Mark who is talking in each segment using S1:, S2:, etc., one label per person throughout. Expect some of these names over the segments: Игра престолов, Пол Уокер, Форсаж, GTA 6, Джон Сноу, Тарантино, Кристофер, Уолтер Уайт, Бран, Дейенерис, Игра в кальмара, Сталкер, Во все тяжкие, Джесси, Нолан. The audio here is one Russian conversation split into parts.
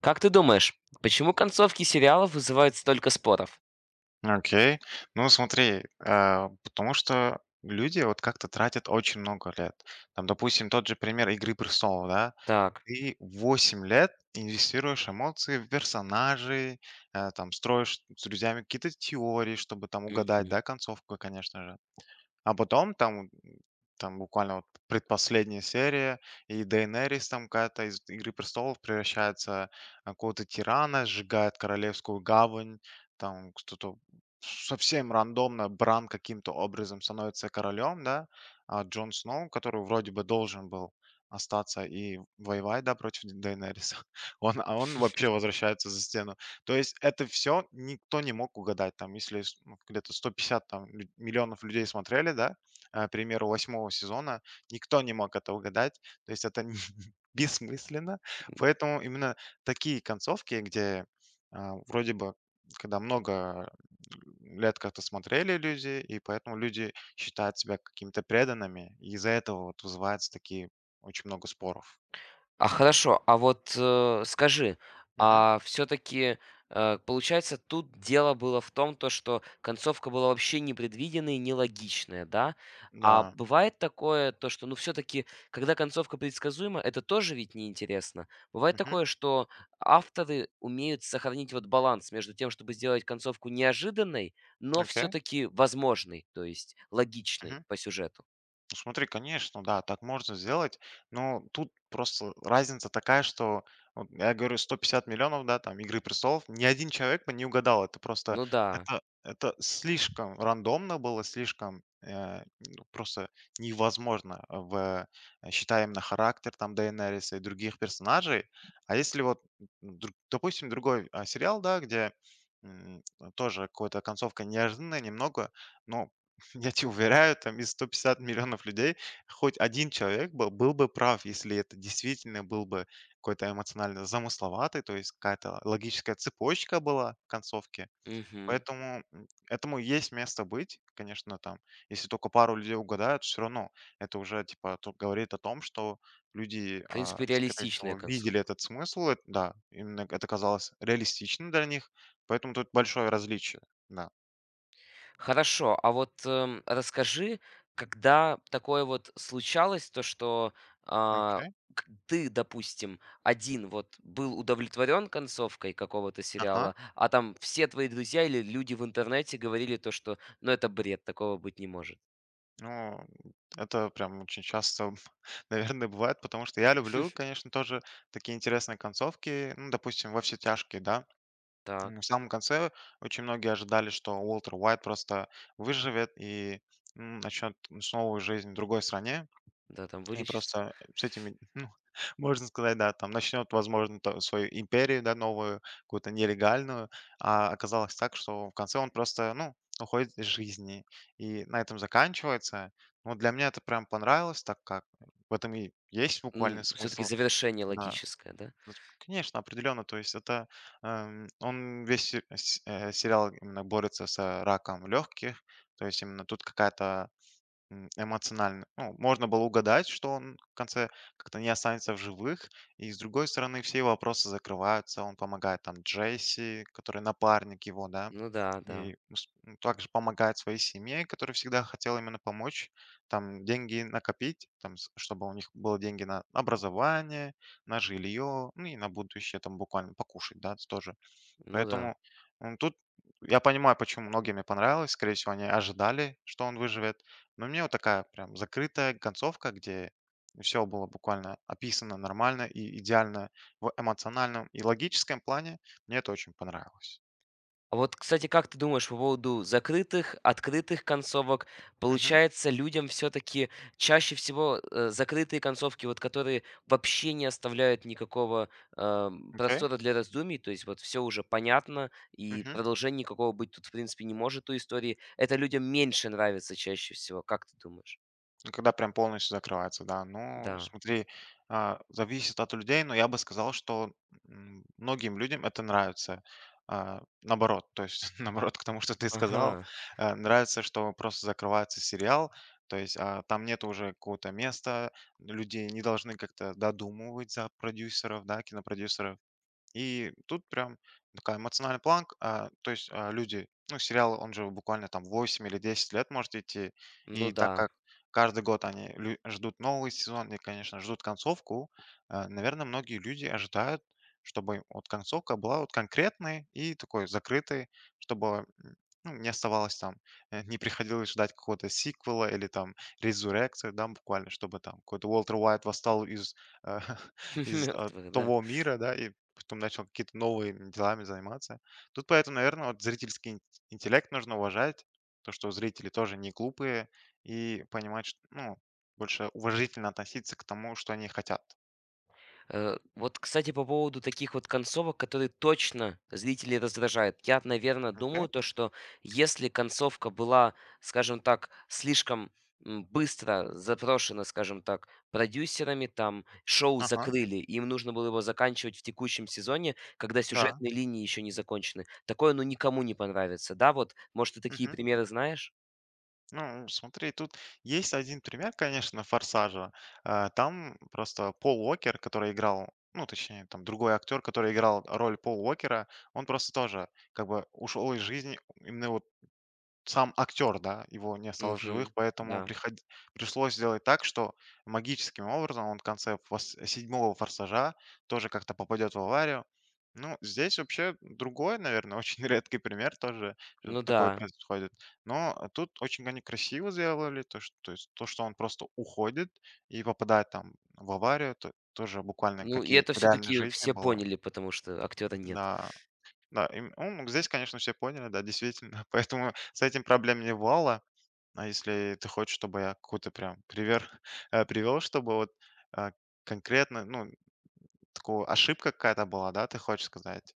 S1: Как ты думаешь, почему концовки сериалов вызывают столько споров?
S2: Окей. Ну, смотри, потому что люди вот как-то тратят очень много лет. Там, допустим, тот же пример «Игры престолов», да?
S1: Так.
S2: Ты 8 лет инвестируешь эмоции в персонажей, там, строишь с друзьями какие-то теории, чтобы там угадать,
S1: Мгм.
S2: да, концовку, конечно же. А потом там, там буквально вот предпоследняя серия, и Дейенерис там какая-то из «Игры престолов» превращается в какого-то тирана, сжигает королевскую гавань, там кто-то совсем рандомно, Бран каким-то образом становится королем, да, а Джон Сноу, который вроде бы должен был остаться и воевать, да, против Дейенериса, он вообще возвращается за стену. То есть это все никто не мог угадать. Там, если с ну, где-то 150 там лю миллионов людей смотрели, да, к примеру, восьмого сезона, никто не мог это угадать. То есть это бессмысленно. Поэтому именно такие концовки, где, вроде бы, когда много лет как-то смотрели люди, и поэтому люди считают себя какими-то преданными, и из-за этого вот вызываются такие очень много споров.
S1: А хорошо, а вот, скажи,
S2: Мгм.
S1: а все таки получается, тут дело было в том, то что концовка была вообще непредвиденная и нелогичная, да? А
S2: Да.
S1: бывает такое, то что, ну, все таки когда концовка предсказуема, это тоже ведь неинтересно. Бывает
S2: Мгм.
S1: такое, что авторы умеют сохранить вот баланс между тем, чтобы сделать концовку неожиданной, но все
S2: Окей.
S1: таки возможной, то есть логичной по сюжету.
S2: Ну, смотри, конечно, да, так можно сделать, но тут просто разница такая, что вот я говорю 150 миллионов, да, там Игры престолов, ни один человек бы не угадал. Это просто,
S1: Ну да,
S2: это слишком рандомно было, слишком, ну, просто невозможно, считая именно характер там Дейенериса и других персонажей. А если вот, м, допустим, другой, сериал, да, где, м, тоже какая-то концовка неожиданная немного, но я тебе уверяю, там из 150 миллионов людей хоть один человек был бы прав, если это действительно был бы какой-то эмоционально замысловатый, то есть какая-то логическая цепочка была в концовке.
S1: мгм.
S2: Поэтому, этому есть место быть, конечно, там, если только пару людей угадают, все равно это уже, типа, тут говорит о том, что люди,
S1: В принципе,
S2: скорее
S1: реалистичная
S2: всего, видели
S1: концовка.
S2: этот смысл, да, именно это казалось реалистичным для них, поэтому тут большое различие, да.
S1: Хорошо, а вот, расскажи, когда такое вот случалось, то, что, а,
S2: Окей,
S1: к ты, допустим, один вот был удовлетворен концовкой какого-то
S2: ага.
S1: сериала, а там все твои друзья или люди в интернете говорили то, что, ну, это бред, такого быть не может.
S2: Ну, это прям очень часто, наверное, бывает, потому что я люблю, конечно, тоже такие интересные концовки. Ну, допустим, «Во все тяжкие», да.
S1: Так,
S2: В самом конце очень многие ожидали, что Уолтер Уайт просто выживет и начнет новую жизнь в другой стране.
S1: да, там
S2: И
S1: вылечится.
S2: просто с этими, ну, можно сказать, да, там начнет, возможно, свою империю, да, новую, какую-то нелегальную, а оказалось так, что в конце он просто, ну, уходит из жизни, и на этом заканчивается. Но для меня это прям понравилось, так как в этом и есть буквально
S1: Ну, все-таки
S2: смысл.
S1: завершение
S2: Да.
S1: логическое, да?
S2: Вот, конечно, определенно. То есть это, он весь сериал именно борется с, раком легких, то есть именно тут какая-то, эмоционально. Ну, можно было угадать, что он в конце как-то не останется в живых. И с другой стороны, все его вопросы закрываются. Он помогает там Джесси, который напарник его, да,
S1: Ну да,
S2: и
S1: да,
S2: с- м, также помогает своей семье, которая всегда хотела именно помочь, там деньги накопить, там, чтобы у них было деньги на образование, на жилье, ну и на будущее там буквально покушать, да, тоже.
S1: ну да.
S2: Поэтому, тут я понимаю, почему многим не понравилось. Скорее всего, они ожидали, что он выживет. Но мне вот такая прям закрытая концовка, где все было буквально описано нормально и идеально в эмоциональном и логическом плане. Мне это очень понравилось.
S1: А вот, кстати, как ты думаешь по поводу закрытых, открытых концовок?
S2: Мгм.
S1: Получается, людям все-таки чаще всего закрытые концовки, вот которые вообще не оставляют никакого
S2: Окей.
S1: простора для раздумий, то есть вот все уже понятно, и
S2: Мгм.
S1: продолжения никакого быть тут, в принципе, не может у истории. Это людям меньше нравится чаще всего, как ты думаешь?
S2: Ну, когда прям полностью закрывается, да. Ну,
S1: Да.
S2: смотри, зависит от людей, но я бы сказал, что, многим людям это нравится. Наоборот, то есть наоборот к тому, что ты сказал,
S1: Ага.
S2: нравится, что просто закрывается сериал, то есть, там нет уже какого-то места, люди не должны как-то додумывать за продюсеров, да, кинопродюсеров, и тут прям такая эмоциональная планка, то есть, люди, ну, сериал, он же буквально там 8 или 10 лет может идти.
S1: Ну
S2: И так
S1: да.
S2: как каждый год они лю ждут новый сезон и, конечно, ждут концовку, наверное, многие люди ожидают, чтобы вот концовка была вот конкретной и такой закрытой, чтобы, ну, не оставалось там, не приходилось ждать какого-то сиквела или там resurrection, да, буквально, чтобы там какой-то Уолтер Уайт восстал из, э, из,
S1: Мертвых, да.
S2: того мира, да, и потом начал какие-то новыми делами заниматься. Тут поэтому, наверное, вот зрительский интеллект нужно уважать, то, что зрители тоже не глупые, и понимать, что, ну, больше уважительно относиться к тому, что они хотят.
S1: Э, вот, кстати, по поводу таких вот концовок, которые точно зрителей раздражают. Я, наверное,
S2: Окей.
S1: думаю то, что если концовка была, скажем так, слишком быстро запрошена, скажем так, продюсерами, там шоу
S2: Ага,
S1: закрыли, им нужно было его заканчивать в текущем сезоне, когда
S2: да.
S1: сюжетные линии еще не закончены. Такое, ну, никому не понравится, да, вот, может, ты такие
S2: Мгм.
S1: примеры знаешь?
S2: Ну, смотри, тут есть один пример, конечно, «Форсажа». Там просто Пол Уокер, который играл, ну, точнее, там другой актер, который играл роль Пол Уокера, он просто тоже как бы ушел из жизни именно вот сам актер, да, его не осталось в
S1: Угу.
S2: живых, поэтому
S1: Да.
S2: пришлось сделать так, что магическим образом он в конце седьмого форсажа тоже как-то попадет в аварию. Ну, здесь вообще другой, наверное, очень редкий пример тоже что
S1: Ну
S2: такое
S1: да.
S2: происходит. Но тут очень они красиво сделали, то, что, то есть то, что он просто уходит и попадает там в аварию, то, тоже буквально
S1: Ну, и
S2: какие
S1: это
S2: в реальной
S1: все-таки
S2: жизни
S1: все
S2: было.
S1: поняли, потому что актера нет.
S2: Да, да, ну, здесь, конечно, все поняли, да, действительно. Поэтому с этим проблем не бывало. А если ты хочешь, чтобы я какой-то прям привер привел, чтобы вот, а, конкретно, ну, такую ошибка какая-то была, да, ты хочешь сказать?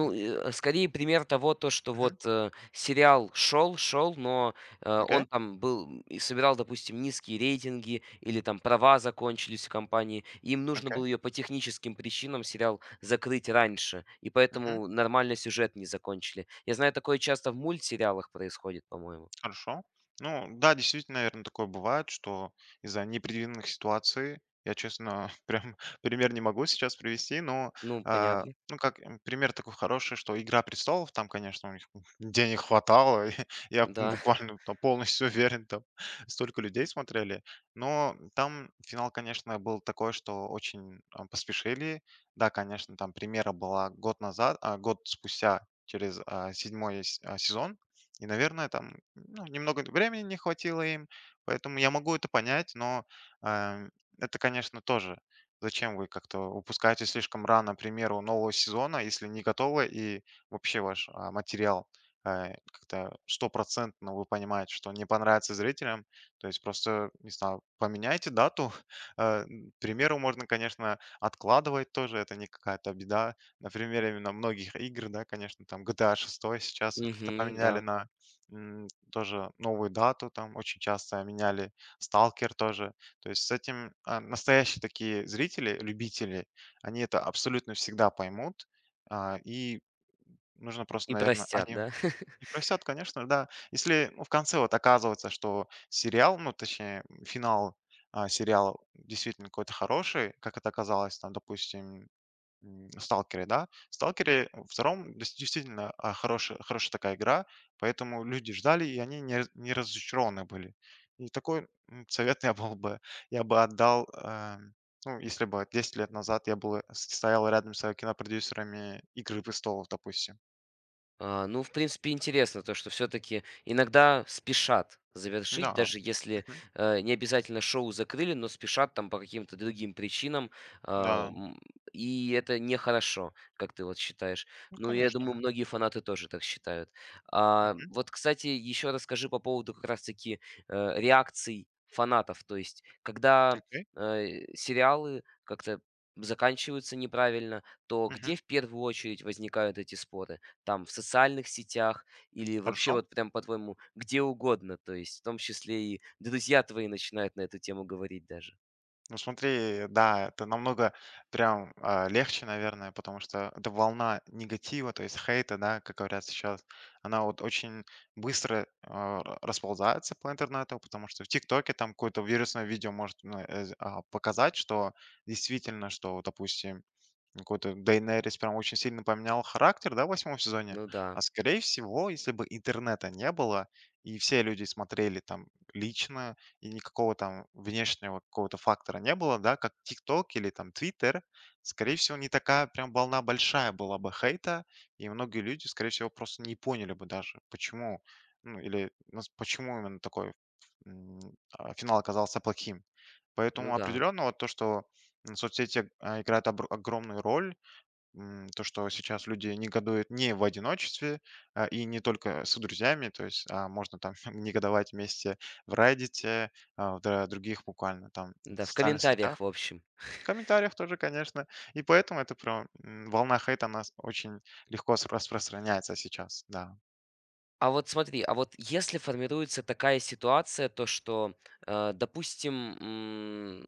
S2: М,
S1: скорее пример того, то, что
S2: Мгм.
S1: вот, сериал шел, шел, но,
S2: Окей,
S1: он там был и собирал, допустим, низкие рейтинги или там права закончились у компании. Им нужно
S2: окей.
S1: было ее по техническим причинам сериал закрыть раньше, и поэтому нормально сюжет не закончили. Я знаю, такое часто в мультсериалах происходит, по-моему.
S2: Хорошо. Ну да, действительно, наверное, такое бывает, что из-за непредвиденных ситуаций я, честно, прям пример не могу сейчас привести, но,
S1: Ну, понятно.
S2: ну как, пример такой хороший, что «Игра престолов», там, конечно, у них денег хватало, и я
S1: Да.
S2: буквально там полностью уверен, там столько людей смотрели, но там финал, конечно, был такой, что очень, поспешили. Да, конечно, там примера была год назад, год спустя через, седьмой сезон, и, наверное, там, ну, немного времени не хватило им, поэтому я могу это понять, но, эм, это, конечно, тоже. Зачем вы как-то упускаете слишком рано, к примеру, нового сезона, если не готовы и вообще ваш, материал, как-то стопроцентно вы понимаете, что не понравится зрителям, то есть просто, не знаю, поменяйте дату. К примеру, можно, конечно, откладывать тоже, это не какая-то беда. На примере именно многих игр, да, конечно, там GTA 6 сейчас как-то
S1: Мгм,
S2: поменяли
S1: да.
S2: на, тоже новую дату там очень часто меняли, «Сталкер» тоже. То есть с этим, настоящие такие зрители, любители, они это абсолютно всегда поймут. И нужно просто,
S1: И
S2: наверное,
S1: простят,
S2: они
S1: да?
S2: и просят, конечно, да. Если, ну, в конце вот оказывается, что сериал, ну, точнее, финал, сериала действительно какой-то хороший, как это оказалось, там, допустим, «Сталкере», да. В «Сталкере» втором, дес действительно, хорошая такая игра, поэтому люди ждали, и они не разочарованы были. И такой, совет я был бы, я бы отдал, ну, если бы 10 лет назад я был стоял рядом с кинопродюсерами «Игры престолов», допустим.
S1: А, ну, в принципе, интересно то, что все таки иногда спешат завершить,
S2: Да.
S1: даже если,
S2: Мгм.
S1: не обязательно шоу закрыли, но спешат там по каким-то другим причинам, а,
S2: Да.
S1: м, и это нехорошо, как ты вот считаешь.
S2: Ну,
S1: Ну, я
S2: конечно,
S1: думаю,
S2: да.
S1: многие фанаты тоже так считают. А,
S2: Мгм.
S1: вот, кстати, еще расскажи по поводу как раз-таки, реакций фанатов. То есть, когда,
S2: Окей.
S1: сериалы как-то заканчиваются неправильно, то
S2: Мгм.
S1: где в первую очередь возникают эти споры? Там в социальных сетях или вообще
S2: Хорошо.
S1: вот прям, по-твоему, где угодно, то есть в том числе и да, друзья твои начинают на эту тему говорить даже.
S2: Ну, смотри, да, это намного прям, легче, наверное, потому что эта волна негатива, то есть хейта, да, как говорят сейчас, она вот очень быстро, расползается по интернету, потому что в ТикТоке там какое-то вирусное видео может, ну, показать, что действительно, что, допустим, какой-то Дейнерис прям очень сильно поменял характер, да, в восьмом сезоне.
S1: Ну
S2: А
S1: да,
S2: скорее всего, если бы интернета не было, и все люди смотрели там лично, и никакого там внешнего какого-то фактора не было, да, как ТикТок или там Твиттер, скорее всего, не такая прям волна большая была бы хейта, и многие люди, скорее всего, просто не поняли бы даже, почему, ну, или ну, почему именно такой, м, финал оказался плохим.
S1: ну
S2: Поэтому
S1: да,
S2: определенно вот то, что, соцсети, играют, огромную роль, то, что сейчас люди негодуют не в одиночестве, и не только с друзьями, то есть, можно там негодовать вместе в «Реддите», а, в да, других буквально там
S1: да, в
S2: социальных сетях,
S1: комментариях, в общем.
S2: в комментариях тоже, конечно. И поэтому это прям, волна хейта, она с очень легко с распространяется сейчас, да.
S1: А вот смотри, а вот если формируется такая ситуация, то что, допустим,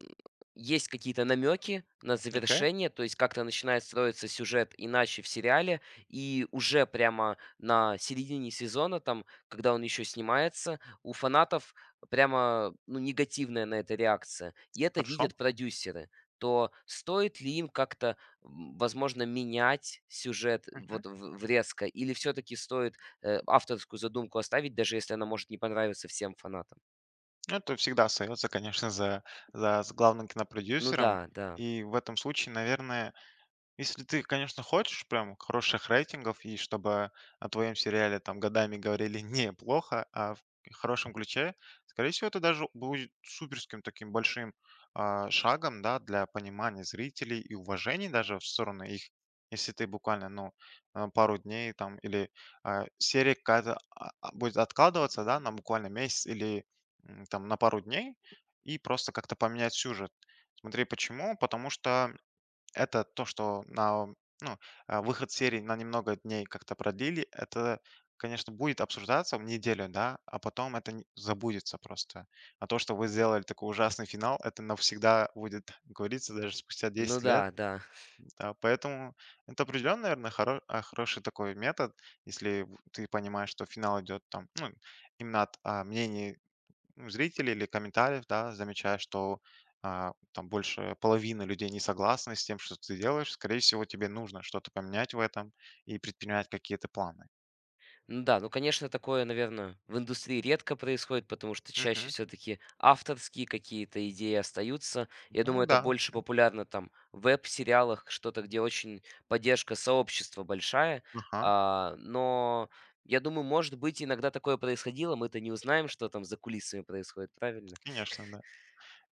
S1: есть какие-то намеки на
S2: Окей,
S1: завершение, то есть как-то начинает строиться сюжет иначе в сериале, и уже прямо на середине сезона, там, когда он еще снимается, у фанатов прямо ну, негативная на это реакция, и это
S2: хорошо.
S1: видят продюсеры, то стоит ли им как-то, возможно, менять сюжет
S2: Мгм.
S1: вот в резко, или все-таки стоит авторскую задумку оставить, даже если она может не понравиться всем фанатам.
S2: Ну, это всегда остается, конечно, за за с главным
S1: Ну
S2: кинопродюсером.
S1: да, да.
S2: И в этом случае, наверное. Если ты, конечно, хочешь прям хороших рейтингов, и чтобы о твоем сериале там годами говорили не плохо, а в хорошем ключе, скорее всего, это даже будет суперским таким большим, шагом, да, для понимания зрителей и уважения даже в сторону их. Если ты буквально, ну, пару дней там, или, серия какая-то, будет откладываться, да, на буквально месяц или, там на пару дней, и просто как-то поменять сюжет. Смотри, почему? Потому что это то, что на, ну, выход серии на немного дней как-то продлили, это, конечно, будет обсуждаться в неделю, да, а потом это, забудется просто. А то, что вы сделали такой ужасный финал, это навсегда будет говориться даже спустя
S1: Ну
S2: 10
S1: да,
S2: лет.
S1: да.
S2: Да, поэтому это определенно, наверное, хороший такой метод, если, ты понимаешь, что финал идет там, ну, именно от, мнений, ну, зрителей или комментариев, да, замечаешь, что, там больше половины людей не согласны с тем, что ты делаешь, скорее всего, тебе нужно что-то поменять в этом и предпринимать какие-то планы.
S1: Ну да, ну, конечно, такое, наверное, в индустрии редко происходит, потому что чаще
S2: Мгм.
S1: все-таки авторские какие-то идеи остаются. Я
S2: Ну
S1: думаю, это
S2: да,
S1: больше популярно там в веб-сериалах, что-то, где очень поддержка сообщества большая.
S2: ага,
S1: А, но я думаю, может быть, иногда такое происходило, мы-то не узнаем, что там за кулисами происходит, правильно?
S2: конечно, да.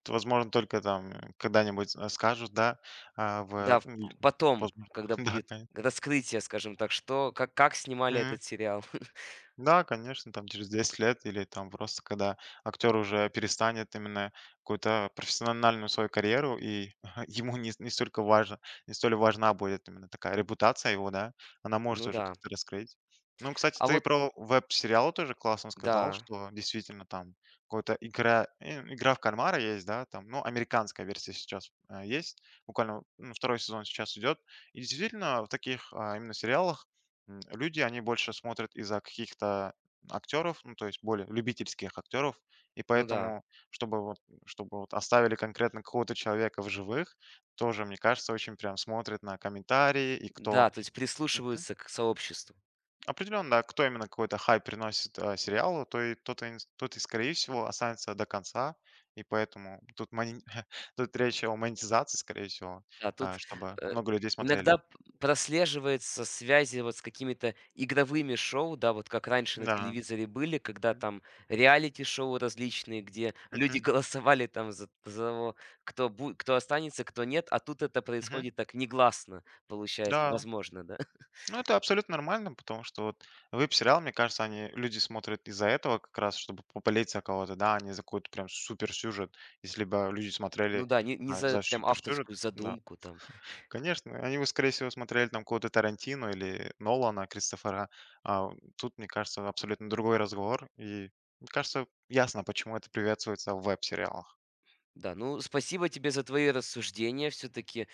S2: Это, возможно, только там, когда-нибудь, скажут, да, а, в...
S1: Да, в
S2: м,
S1: потом,
S2: возможно,
S1: когда будет
S2: да,
S1: когда вскрытие, скажем так, что как снимали
S2: конечно.
S1: этот сериал.
S2: Да, конечно, там через 10 лет или там просто когда актер уже перестанет именно какую-то профессиональную свою карьеру, и ему не столько важно, не столь важна будет именно такая репутация его, да, она может
S1: Ну
S2: уже
S1: да.
S2: как-то раскрыть. Ну, кстати,
S1: А
S2: ты
S1: вот
S2: про веб-сериалы тоже классно сказал,
S1: да,
S2: что действительно там какая-то игра в кальмара есть, да, там, ну, американская версия сейчас, есть, буквально, ну, второй сезон сейчас идет, и действительно в таких, именно сериалах, люди, они больше смотрят из-за каких-то актеров, ну, то есть более любительских актеров, и
S1: ну да.
S2: поэтому, чтобы вот, чтобы вот оставили конкретно какого-то человека в живых, тоже, мне кажется, очень прям смотрят на комментарии и кто.
S1: Да, то есть
S2: Мгм.
S1: прислушиваются к сообществу.
S2: Определенно, да, кто именно какой-то хайп приносит, сериалу, то и тот, и тот и, скорее всего, останется до конца, и поэтому тут, тут речь о монетизации, скорее всего,
S1: Да, тут,
S2: чтобы
S1: э,
S2: много людей смотрели.
S1: иногда п прослеживается связи вот с какими-то игровыми шоу, да, вот как раньше на
S2: Да.
S1: телевизоре были, когда
S2: Мгм.
S1: там реалити-шоу различные, где люди
S2: Мгм.
S1: голосовали там за того, кто бу кто останется, кто нет, а тут это
S2: Мгм.
S1: происходит так негласно, получается,
S2: Да,
S1: возможно, да?
S2: ну, это абсолютно нормально, потому что вот веб-сериал, мне кажется, люди смотрят из-за этого как раз, чтобы попалить за кого-то, да, а не за какой-то прям суперсюжет. Если бы люди
S1: Ну
S2: смотрели,
S1: да, не за
S2: за
S1: прям
S2: суперсюжет,
S1: авторскую
S2: да.
S1: задумку там.
S2: Конечно, они бы, скорее всего, смотрели там кого-то Тарантино или Нолана, Кристофера. А тут, мне кажется, абсолютно другой разговор. И, мне кажется, ясно, почему это приветствуется в веб-сериалах.
S1: Да, ну спасибо тебе за твои рассуждения. Все-таки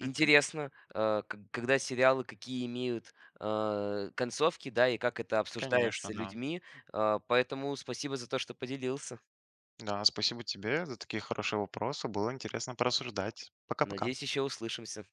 S2: Мгм.
S1: когда сериалы какие имеют концовки, да, и как это
S2: Конечно,
S1: обсуждается
S2: да.
S1: людьми. Э, поэтому спасибо за то, что поделился.
S2: Да, спасибо тебе за такие хорошие вопросы. Было интересно порассуждать. Пока-пока.
S1: Надеюсь, еще услышимся.